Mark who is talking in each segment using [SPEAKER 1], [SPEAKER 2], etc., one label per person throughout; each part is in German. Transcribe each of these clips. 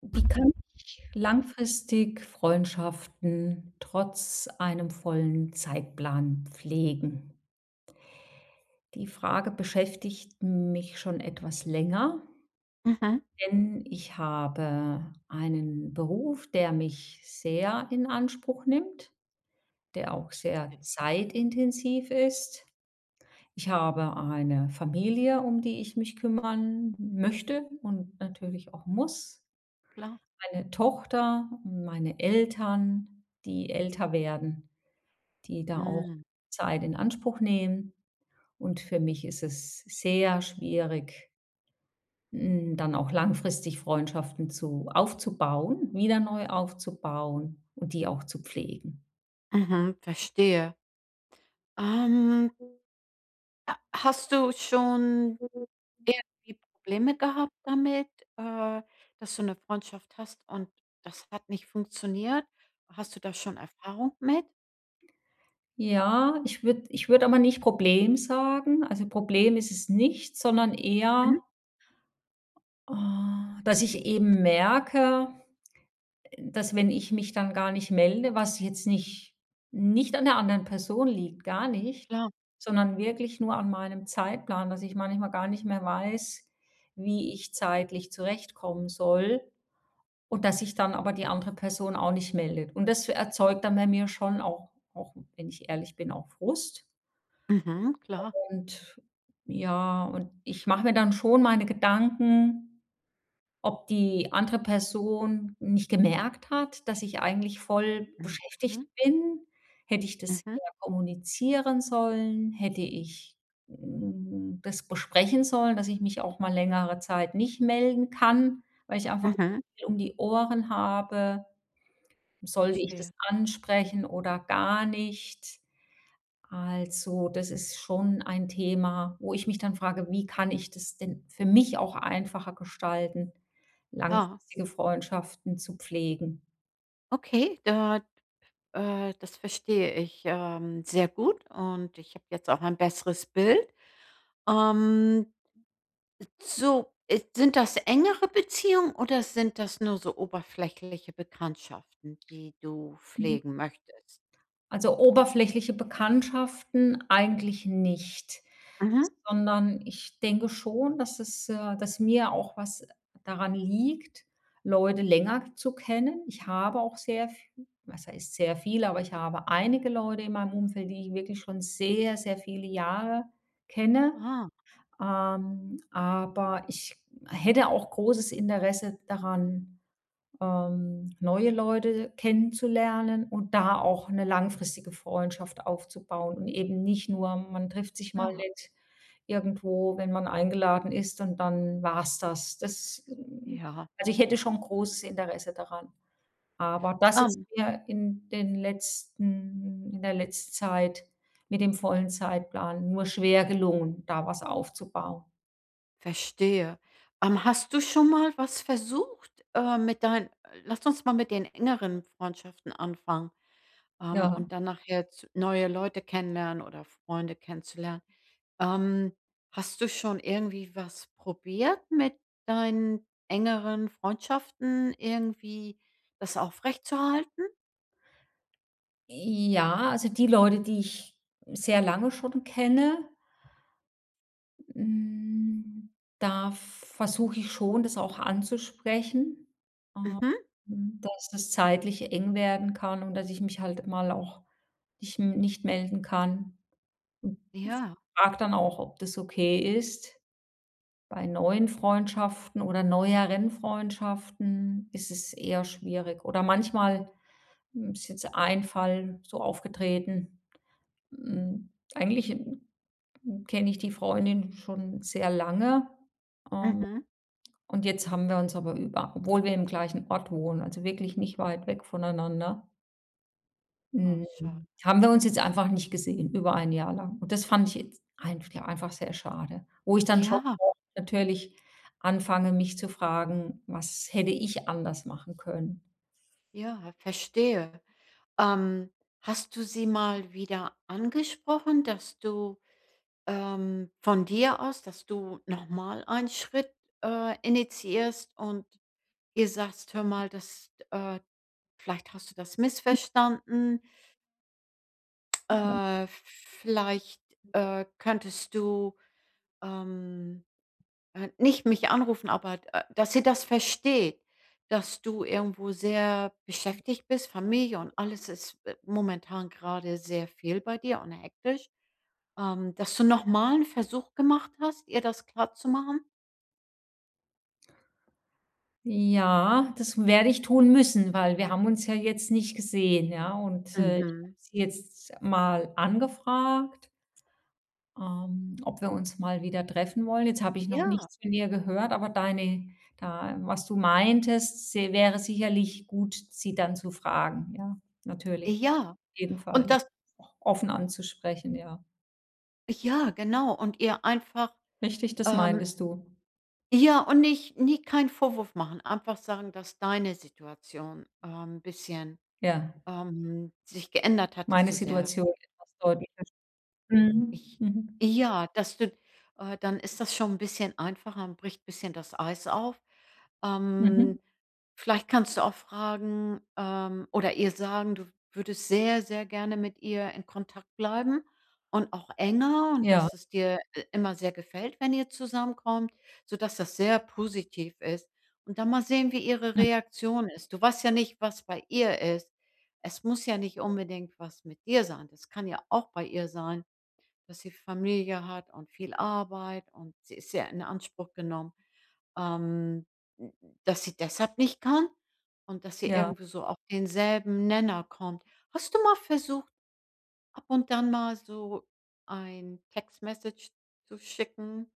[SPEAKER 1] Wie kann ich langfristig Freundschaften trotz einem vollen Zeitplan pflegen? Die Frage beschäftigt mich schon etwas länger,
[SPEAKER 2] Mhm.
[SPEAKER 1] denn ich habe einen Beruf, der mich sehr in Anspruch nimmt, der auch
[SPEAKER 2] Ne,
[SPEAKER 1] sehr zeitintensiv ist. Ich habe eine Familie, um die ich mich kümmern möchte und natürlich auch muss,
[SPEAKER 2] klar.
[SPEAKER 1] meine Tochter und meine Eltern, die älter werden, die da auch
[SPEAKER 2] Mhm.
[SPEAKER 1] Zeit in Anspruch nehmen. Und für mich ist es sehr schwierig, dann auch langfristig Freundschaften zu aufzubauen, wieder neu aufzubauen und die auch zu pflegen.
[SPEAKER 2] Mhm, verstehe. Ähm, ha Hast du schon irgendwie Probleme gehabt damit, äh, dass du eine Freundschaft hast und das hat nicht funktioniert? Hast du da schon Erfahrung mit?
[SPEAKER 1] Ja, ich würde aber nicht Problem sagen. Also, Problem ist es nicht, sondern
[SPEAKER 2] Mhm,
[SPEAKER 1] eher, dass ich eben merke, dass wenn ich mich dann gar nicht melde, was jetzt nicht an der anderen Person liegt, gar nicht,
[SPEAKER 2] klar.
[SPEAKER 1] sondern wirklich nur an meinem Zeitplan, dass ich manchmal gar nicht mehr weiß, wie ich zeitlich zurechtkommen soll und dass sich dann aber die andere Person auch nicht meldet. Und das erzeugt dann bei mir schon auch, wenn ich ehrlich bin, auch Frust.
[SPEAKER 2] Mhm, klar.
[SPEAKER 1] Und ja, und ich mache mir dann schon meine Gedanken, ob die andere Person nicht gemerkt hat, dass ich eigentlich voll
[SPEAKER 2] Mhm,
[SPEAKER 1] beschäftigt
[SPEAKER 2] mhm,
[SPEAKER 1] bin. Hätte ich das eher kommunizieren sollen? Hätte ich, das besprechen sollen, dass ich mich auch mal längere Zeit nicht melden kann, weil ich einfach
[SPEAKER 2] mhm,
[SPEAKER 1] viel um die Ohren habe? Sollte ich
[SPEAKER 2] verstehe.
[SPEAKER 1] das ansprechen oder gar nicht? Also, das ist schon ein Thema, wo ich mich dann frage: „Wie kann ich das denn für mich auch einfacher gestalten,
[SPEAKER 2] Klar.
[SPEAKER 1] langfristige Freundschaften zu pflegen?“
[SPEAKER 2] Okay, da das verstehe ich, sehr gut und ich habe jetzt auch ein besseres Bild. Ähm So, sind das engere Beziehungen oder sind das nur so oberflächliche Bekanntschaften, die du pflegen möchtest?
[SPEAKER 1] Also, oberflächliche Bekanntschaften eigentlich nicht,
[SPEAKER 2] Mhm.
[SPEAKER 1] sondern ich denke schon, dass es dass mir auch was daran liegt, Leute länger zu kennen. Ich habe auch sehr v was heißt sehr viele, aber ich habe einige Leute in meinem Umfeld, die ich wirklich schon sehr, sehr viele Jahre kenne.
[SPEAKER 2] Ah,
[SPEAKER 1] Aber ich hätte auch großes Interesse daran, neue Leute kennenzulernen und da auch eine langfristige Freundschaft aufzubauen und eben nicht nur, man trifft sich mal
[SPEAKER 2] ja,
[SPEAKER 1] nett irgendwo, wenn man eingeladen ist und dann war's das.
[SPEAKER 2] ja.
[SPEAKER 1] Also, ich hätte schon großes Interesse daran. Aber das ist
[SPEAKER 2] Ähm
[SPEAKER 1] mir in den letzten in der letzten Zeit mit dem vollen Zeitplan nur schwer gelungen, da was aufzubauen.
[SPEAKER 2] Verstehe. Hast du schon mal was versucht, mit deinen lass uns mal mit den engeren Freundschaften anfangen,
[SPEAKER 1] Ja.
[SPEAKER 2] und dann nachher z neue Leute kennenlernen oder Freunde kennenzulernen. Ähm, Hast du schon irgendwie was probiert mit deinen engeren Freundschaften irgendwie das aufrechtzuerhalten?
[SPEAKER 1] Ja, also, die Leute, die ich sehr lange schon kenne, Hm, da versuche ich schon, das auch anzusprechen, ähm,
[SPEAKER 2] Mhm.
[SPEAKER 1] dass es zeitlich eng werden kann und dass ich mich halt mal auch nicht melden kann.
[SPEAKER 2] Ja.
[SPEAKER 1] Frag dann auch, ob das okay ist. Bei neuen Freundschaften oder neueren Freundschaften ist es eher schwierig. Oder manchmal, ist jetzt ein Fall so aufgetreten, hm, eigentlich, hm, kenne ich die Freundin schon sehr lange, ähm
[SPEAKER 2] Mhm.
[SPEAKER 1] und jetzt haben wir uns aber über obwohl wir im gleichen Ort wohnen, also wirklich nicht weit weg voneinander,
[SPEAKER 2] Oh,
[SPEAKER 1] hm,
[SPEAKER 2] schade.
[SPEAKER 1] haben wir uns jetzt einfach nicht gesehen, über ein Jahr lang. Und das fand ich jetzt einf ja, einfach sehr schade, wo ich dann schon
[SPEAKER 2] Ja,
[SPEAKER 1] auch natürlich anfange, mich zu fragen: „Was hätte ich anders machen können?“
[SPEAKER 2] ja, verstehe. Ähm, Hast du sie mal wieder angesprochen, dass du, von dir aus dass du nochmal einen Schritt, initiierst und ihr sagst: „Hör mal, das vielleicht hast du das missverstanden. Vielleicht, könntest du, ähm“ Nicht mich anrufen, aber dass sie das versteht, dass du irgendwo sehr beschäftigt bist, Familie und alles ist, momentan gerade sehr viel bei dir und hektisch. Dass du noch mal 'n Versuch gemacht hast, ihr das klarzumachen?
[SPEAKER 1] Ja, das werde ich tun müssen, weil wir haben uns ja jetzt nicht gesehen, ja? Und, ich habe
[SPEAKER 2] Mhm.
[SPEAKER 1] sie jetzt mal angefragt, ob wir uns mal wieder treffen wollen. Jetzt habe ich noch
[SPEAKER 2] Ja.
[SPEAKER 1] nichts von ihr gehört, aber deine, da was du meintest, se wäre sicherlich gut, sie dann zu fragen. Ja, natürlich.
[SPEAKER 2] Ja,
[SPEAKER 1] Auf jeden Fall,
[SPEAKER 2] und
[SPEAKER 1] ja.
[SPEAKER 2] das
[SPEAKER 1] Auch offen anzusprechen, ja.
[SPEAKER 2] ja, genau. Und ihr einfach,
[SPEAKER 1] Richtig, das
[SPEAKER 2] ähm
[SPEAKER 1] meintest du.
[SPEAKER 2] ja, und nicht nie keinen Vorwurf machen. Einfach sagen, dass deine Situation, ein bisschen,
[SPEAKER 1] Ja,
[SPEAKER 2] sich geändert hat, dass
[SPEAKER 1] meine
[SPEAKER 2] du sehr
[SPEAKER 1] Situation etwas deutlicher. Mhm,
[SPEAKER 2] Ich
[SPEAKER 1] mhm,
[SPEAKER 2] ja, dass du dann ist das schon ein bisschen einfacher und bricht ein bisschen das Eis auf.
[SPEAKER 1] mhm.
[SPEAKER 2] Ähm, Vielleicht kannst du auch fragen, oder ihr sagen, du würdest sehr, sehr gerne mit ihr in Kontakt bleiben und auch enger und
[SPEAKER 1] Ja,
[SPEAKER 2] dass es dir i immer sehr gefällt, wenn ihr zusammenkommt, sodass das sehr positiv ist. Und dann mal sehen, wie ihre
[SPEAKER 1] mhm,
[SPEAKER 2] Reaktion ist. Du weißt ja nicht, was bei ihr ist. Es muss ja nicht unbedingt was mit dir sein. Das kann ja auch bei ihr sein, dass sie Familie hat und viel Arbeit und sie ist sehr in Anspruch genommen, ähm, dass sie deshalb nicht kann und dass sie
[SPEAKER 1] ja.
[SPEAKER 2] irgendwie so auf denselben Nenner kommt. Hast du mal versucht, ab und dann mal so ein Textmessage zu schicken,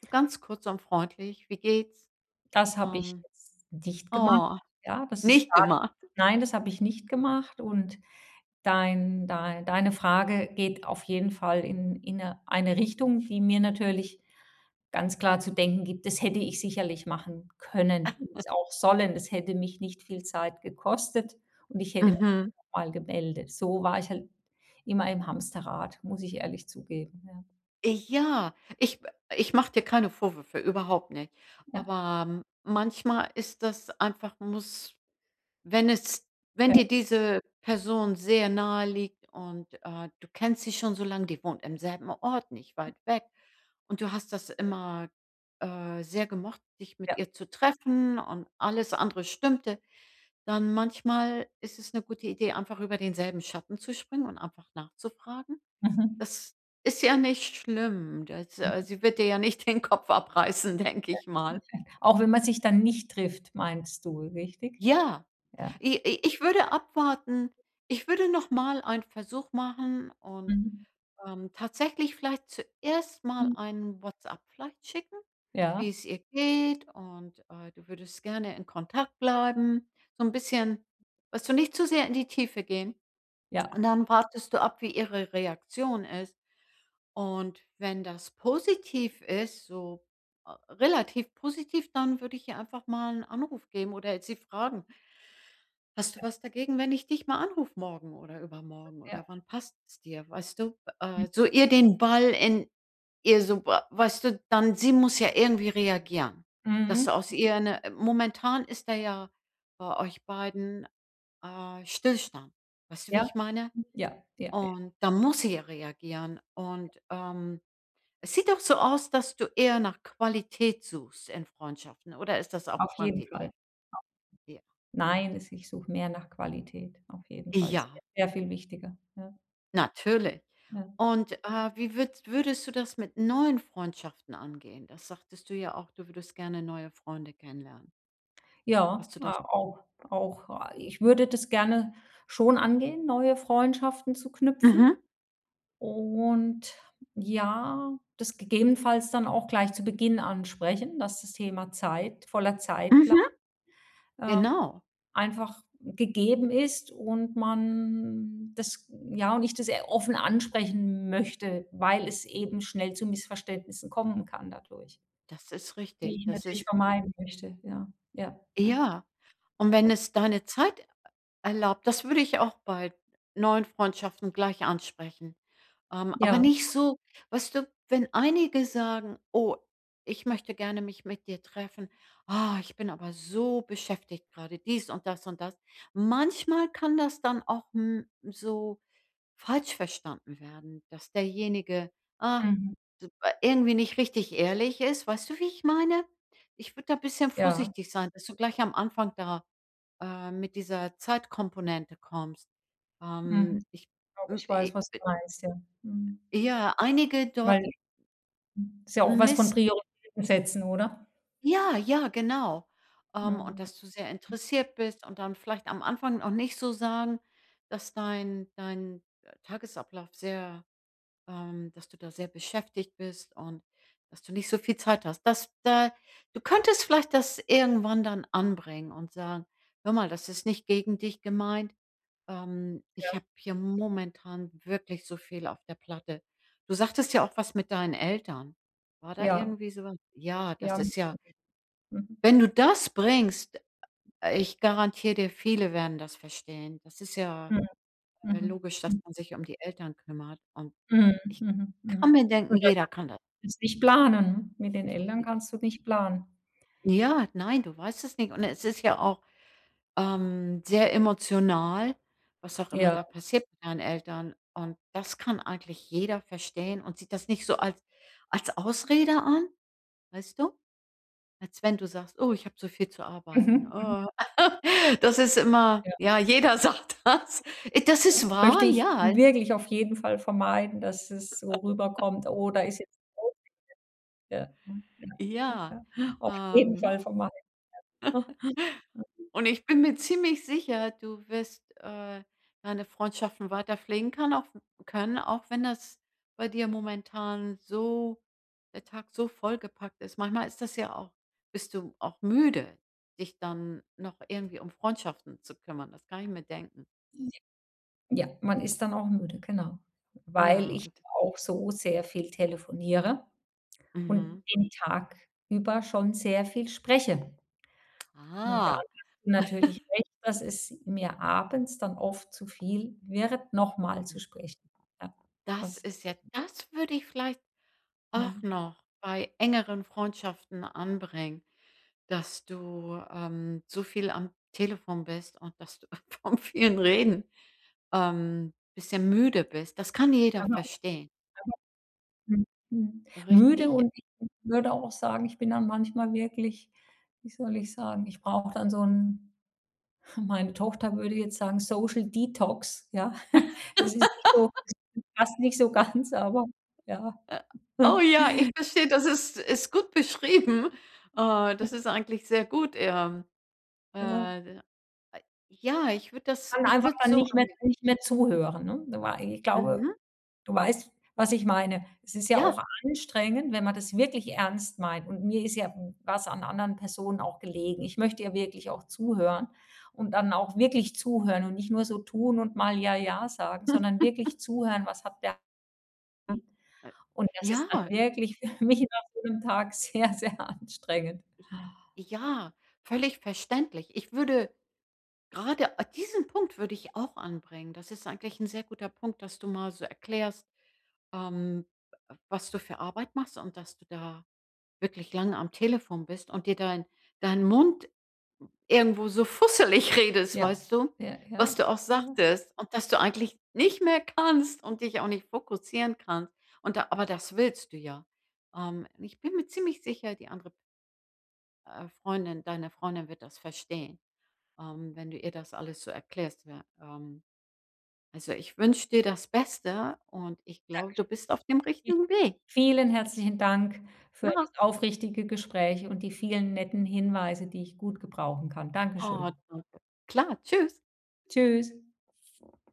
[SPEAKER 2] so ganz kurz und freundlich: „Wie geht's?"
[SPEAKER 1] Das habe ich
[SPEAKER 2] Ähm,
[SPEAKER 1] jetzt nicht gemacht.
[SPEAKER 2] oh,
[SPEAKER 1] Ja, das ist
[SPEAKER 2] nicht
[SPEAKER 1] schade.
[SPEAKER 2] gemacht.
[SPEAKER 1] Nein, das habe ich nicht gemacht. Und deine Frage geht auf jeden Fall in 'ne eine Richtung, die mir natürlich ganz klar zu denken gibt. Das hätte ich sicherlich machen können und auch sollen. Das hätte mich nicht viel Zeit gekostet und ich hätte mich
[SPEAKER 2] Mhm.
[SPEAKER 1] einfach mal gemeldet. So war ich halt immer im Hamsterrad, muss ich ehrlich zugeben. Ja,
[SPEAKER 2] Ja, ich mache dir keine Vorwürfe, überhaupt nicht.
[SPEAKER 1] ja,
[SPEAKER 2] Aber manchmal ist das einfach muss Wenn es wenn
[SPEAKER 1] ja,
[SPEAKER 2] dir diese Person sehr nahe liegt und, du kennst sie schon so lange, die wohnt im selben Ort, nicht weit weg und du hast das immer, sehr gemocht, dich mit
[SPEAKER 1] ja.
[SPEAKER 2] ihr zu treffen und alles andere stimmte, dann manchmal ist es eine gute Idee, einfach über denselben Schatten zu springen und einfach nachzufragen.
[SPEAKER 1] Mhm.
[SPEAKER 2] Das ist ja nicht schlimm. Das
[SPEAKER 1] Mhm.
[SPEAKER 2] Sie wird dir ja nicht den Kopf abreißen, denke ich mal.
[SPEAKER 1] Auch wenn man sich dann nicht trifft, meinst du, richtig?
[SPEAKER 2] Ja.
[SPEAKER 1] Ja.
[SPEAKER 2] I i ich würde abwarten. Ich würde noch mal einen Versuch machen und,
[SPEAKER 1] Mhm.
[SPEAKER 2] tatsächlich vielleicht zuerst mal
[SPEAKER 1] Mhm.
[SPEAKER 2] einen WhatsApp vielleicht schicken,
[SPEAKER 1] Ja,
[SPEAKER 2] wie es ihr geht und, du würdest gerne in Kontakt bleiben. So ein bisschen weißt du, nicht zu sehr in die Tiefe gehen.
[SPEAKER 1] ja,
[SPEAKER 2] Und dann wartest du ab, wie ihre Reaktion ist. Und wenn das positiv ist, so, relativ positiv, dann würde ich ihr einfach mal einen Anruf geben oder sie fragen. Hast du was dagegen, wenn ich dich mal anrufe morgen oder übermorgen
[SPEAKER 1] ja.
[SPEAKER 2] oder wann passt es dir, weißt du?
[SPEAKER 1] Mhm.
[SPEAKER 2] So ihr den Ball in ihr so ba weißt du, dann sie muss ja irgendwie reagieren, dass
[SPEAKER 1] Mhm.
[SPEAKER 2] du aus ihr eine. Momentan ist da ja bei euch beiden, Stillstand. Weißt du, wie
[SPEAKER 1] Ja.
[SPEAKER 2] ich meine?
[SPEAKER 1] Ja, ja.
[SPEAKER 2] Und da muss sie ja reagieren und, es sieht doch so aus, dass du eher nach Qualität suchst in Freundschaften oder ist das auch
[SPEAKER 1] Auf jeden
[SPEAKER 2] Quantität?
[SPEAKER 1] Fall.
[SPEAKER 2] Ja.
[SPEAKER 1] Nein, es, ich suche mehr nach Qualität. Auf jeden Fall ist
[SPEAKER 2] Ja.
[SPEAKER 1] mir sehr viel wichtiger. Ja,
[SPEAKER 2] Natürlich.
[SPEAKER 1] ja.
[SPEAKER 2] Und, wie würdest du das mit neuen Freundschaften angehen? Das sagtest du ja auch, du würdest gerne neue Freunde kennenlernen.
[SPEAKER 1] Ja,
[SPEAKER 2] Hast du das
[SPEAKER 1] a auch auch, ich würde das gerne schon angehen, neue Freundschaften zu knüpfen
[SPEAKER 2] Mhm,
[SPEAKER 1] und ja, das gegebenenfalls dann auch gleich zu Beginn ansprechen, dass das Thema Zeit, voller Zeitplan,
[SPEAKER 2] mhm.
[SPEAKER 1] äh
[SPEAKER 2] Genau,
[SPEAKER 1] einfach gegeben ist und man das ja, und ich das e offen ansprechen möchte, weil es eben schnell zu Missverständnissen kommen kann dadurch,
[SPEAKER 2] das ist
[SPEAKER 1] die
[SPEAKER 2] richtig.
[SPEAKER 1] ich
[SPEAKER 2] Das
[SPEAKER 1] natürlich
[SPEAKER 2] ist
[SPEAKER 1] vermeiden möchte. Ja, ja, ja.
[SPEAKER 2] ja. Und wenn es deine Zeit erlaubt. Das würde ich auch bei neuen Freundschaften gleich ansprechen. Aber
[SPEAKER 1] Ja,
[SPEAKER 2] nicht so weißt du, wenn einige sagen: „Oh, ich möchte gerne mich mit dir treffen. Ah, ich bin aber so beschäftigt gerade dies und das und das." Manchmal kann das dann auch, so falsch verstanden werden, dass derjenige, ah,
[SPEAKER 1] mhm,
[SPEAKER 2] d irgendwie nicht richtig ehrlich ist. Weißt du, wie ich meine? Ich würde da ein bisschen
[SPEAKER 1] ja,
[SPEAKER 2] vorsichtig sein, dass du gleich am Anfang da mit dieser Zeitkomponente kommst.
[SPEAKER 1] mhm.
[SPEAKER 2] Ich
[SPEAKER 1] Ich glaube,
[SPEAKER 2] m
[SPEAKER 1] ich
[SPEAKER 2] e
[SPEAKER 1] weiß, was du meinst, ja. Mhm.
[SPEAKER 2] Ja, einige do
[SPEAKER 1] Weil ist ja auch was von
[SPEAKER 2] miss
[SPEAKER 1] Prioritäten setzen, oder?
[SPEAKER 2] ja, ja, genau. Und
[SPEAKER 1] Mhm.
[SPEAKER 2] dass du sehr interessiert bist und dann vielleicht am Anfang noch nicht so sagen, dass dein Tagesablauf sehr dass du da sehr beschäftigt bist und dass du nicht so viel Zeit hast. Du könntest vielleicht das irgendwann dann anbringen und sagen, hör mal, das ist nicht gegen dich gemeint. Ich habe hier momentan wirklich so viel auf der Platte. Du sagtest ja auch was mit deinen Eltern. War da
[SPEAKER 1] Ja,
[SPEAKER 2] irgendwie sowas? Ja, das
[SPEAKER 1] ja.
[SPEAKER 2] ist ja,
[SPEAKER 1] Mhm.
[SPEAKER 2] wenn du das bringst, ich garantiere dir, viele werden das verstehen. Das ist ja
[SPEAKER 1] Mhm. Mhm.
[SPEAKER 2] logisch, dass
[SPEAKER 1] Mhm.
[SPEAKER 2] man sich um die Eltern kümmert und
[SPEAKER 1] Mhm.
[SPEAKER 2] ich
[SPEAKER 1] Mhm.
[SPEAKER 2] kann
[SPEAKER 1] Mhm.
[SPEAKER 2] mir denken,
[SPEAKER 1] Und da
[SPEAKER 2] jeder kann das.
[SPEAKER 1] kannst du nicht planen, ne? Mit den Eltern kannst du nicht planen.
[SPEAKER 2] Ja, nein, du weißt es nicht. Und es ist ja auch, sehr emotional, was auch immer
[SPEAKER 1] Ja.
[SPEAKER 2] da passiert mit deinen Eltern. Und das kann eigentlich jeder verstehen und sieht das nicht so als Ausrede an, weißt du? Als wenn du sagst: „Oh, ich habe so viel zu arbeiten.
[SPEAKER 1] Mhm, mhm.
[SPEAKER 2] Oh." Das ist immer
[SPEAKER 1] Ja,
[SPEAKER 2] ja, jeder sagt das. Das ist
[SPEAKER 1] ja.
[SPEAKER 2] wahr,
[SPEAKER 1] Möchte ich
[SPEAKER 2] ja,
[SPEAKER 1] wirklich auf jeden Fall vermeiden, dass es so rüberkommt: „Oh, da ist jetzt Ja, ja, ja, ja,
[SPEAKER 2] ja.
[SPEAKER 1] ja. Auf jeden
[SPEAKER 2] Ähm
[SPEAKER 1] Fall vermeiden.
[SPEAKER 2] Und ich bin mir ziemlich sicher, du wirst, deine Freundschaften weiter pflegen kann auch können, auch wenn das bei dir momentan so der Tag so vollgepackt ist. Manchmal ist das ja auch bist du auch müde, dich dann noch irgendwie um Freundschaften zu kümmern. Das kann ich mir denken.
[SPEAKER 1] Ja, man ist dann auch müde, genau. Weil
[SPEAKER 2] Ja,
[SPEAKER 1] ich auch so sehr viel telefoniere und
[SPEAKER 2] mhm.
[SPEAKER 1] den Tag über schon sehr viel spreche. Und da
[SPEAKER 2] Ah.
[SPEAKER 1] hast du natürlich recht, dass es mir abends dann oft zu viel wird, noch mal zu sprechen. Ja,
[SPEAKER 2] Das
[SPEAKER 1] das ist
[SPEAKER 2] ist ja Das würde ich vielleicht auch
[SPEAKER 1] mhm.
[SPEAKER 2] noch bei engeren Freundschaften anbringen, dass du, so viel am Telefon bist und dass du vom vielen Reden, bisschen müde bist. Das kann jeder verstehen,
[SPEAKER 1] Mhm, mhm. Müde
[SPEAKER 2] richtig?
[SPEAKER 1] und ich würde auch sagen, ich bin dann manchmal wirklich, wie soll ich sagen, ich brauche dann so 'n meine Tochter würde jetzt sagen, Social Detox, ja. Das ist nicht so, das passt nicht so ganz, aber ja,
[SPEAKER 2] Äh, oh ja, ich verstehe, das ist gut beschrieben. Das ist eigentlich sehr gut,
[SPEAKER 1] ja.
[SPEAKER 2] äh, ja,
[SPEAKER 1] Kann
[SPEAKER 2] ich
[SPEAKER 1] einfach
[SPEAKER 2] würde
[SPEAKER 1] dann
[SPEAKER 2] so
[SPEAKER 1] nicht mehr
[SPEAKER 2] angehen.
[SPEAKER 1] nicht mehr zuhören, ne? Da war ich glaube,
[SPEAKER 2] Mhm.
[SPEAKER 1] du weißt, was ich meine. Es ist ja auch
[SPEAKER 2] Ja.
[SPEAKER 1] anstrengend, wenn man das wirklich ernst meint. Und mir ist ja was an anderen Personen auch gelegen. Ich möchte ja wirklich auch zuhören und dann auch wirklich zuhören und nicht nur so tun und mal „ja, ja“ sagen, sondern wirklich zuhören, was hat der an. Und das ist dann
[SPEAKER 2] ja.
[SPEAKER 1] wirklich für mich nach so einem Tag sehr, sehr anstrengend.
[SPEAKER 2] Ich Ja, völlig verständlich. Ich würde gerade a diesen Punkt würde ich auch anbringen. Das ist eigentlich ein sehr guter Punkt, dass du mal so erklärst, ähm, was du für Arbeit machst und dass du da wirklich lange am Telefon bist und dir dein Mund irgendwo so fusselig redest,
[SPEAKER 1] Ja,
[SPEAKER 2] weißt du,
[SPEAKER 1] ja, ja,
[SPEAKER 2] was du auch
[SPEAKER 1] ja.
[SPEAKER 2] sagtest und dass du eigentlich nicht mehr kannst und dich auch nicht fokussieren kannst. Und da aber das willst du ja. Ich bin mir ziemlich sicher, die andere Freundin deine Freundin wird das verstehen, wenn du ihr das alles so erklärst. Ja, also, ich wünsche dir das Beste und ich glaube, du bist auf dem richtigen Weg.
[SPEAKER 1] Vielen herzlichen Dank für
[SPEAKER 2] Ja.
[SPEAKER 1] das aufrichtige Gespräch und die vielen netten Hinweise, die ich gut gebrauchen kann.
[SPEAKER 2] Oh,
[SPEAKER 1] Dankeschön.
[SPEAKER 2] danke. Klar, tschüss.
[SPEAKER 1] Tschüss.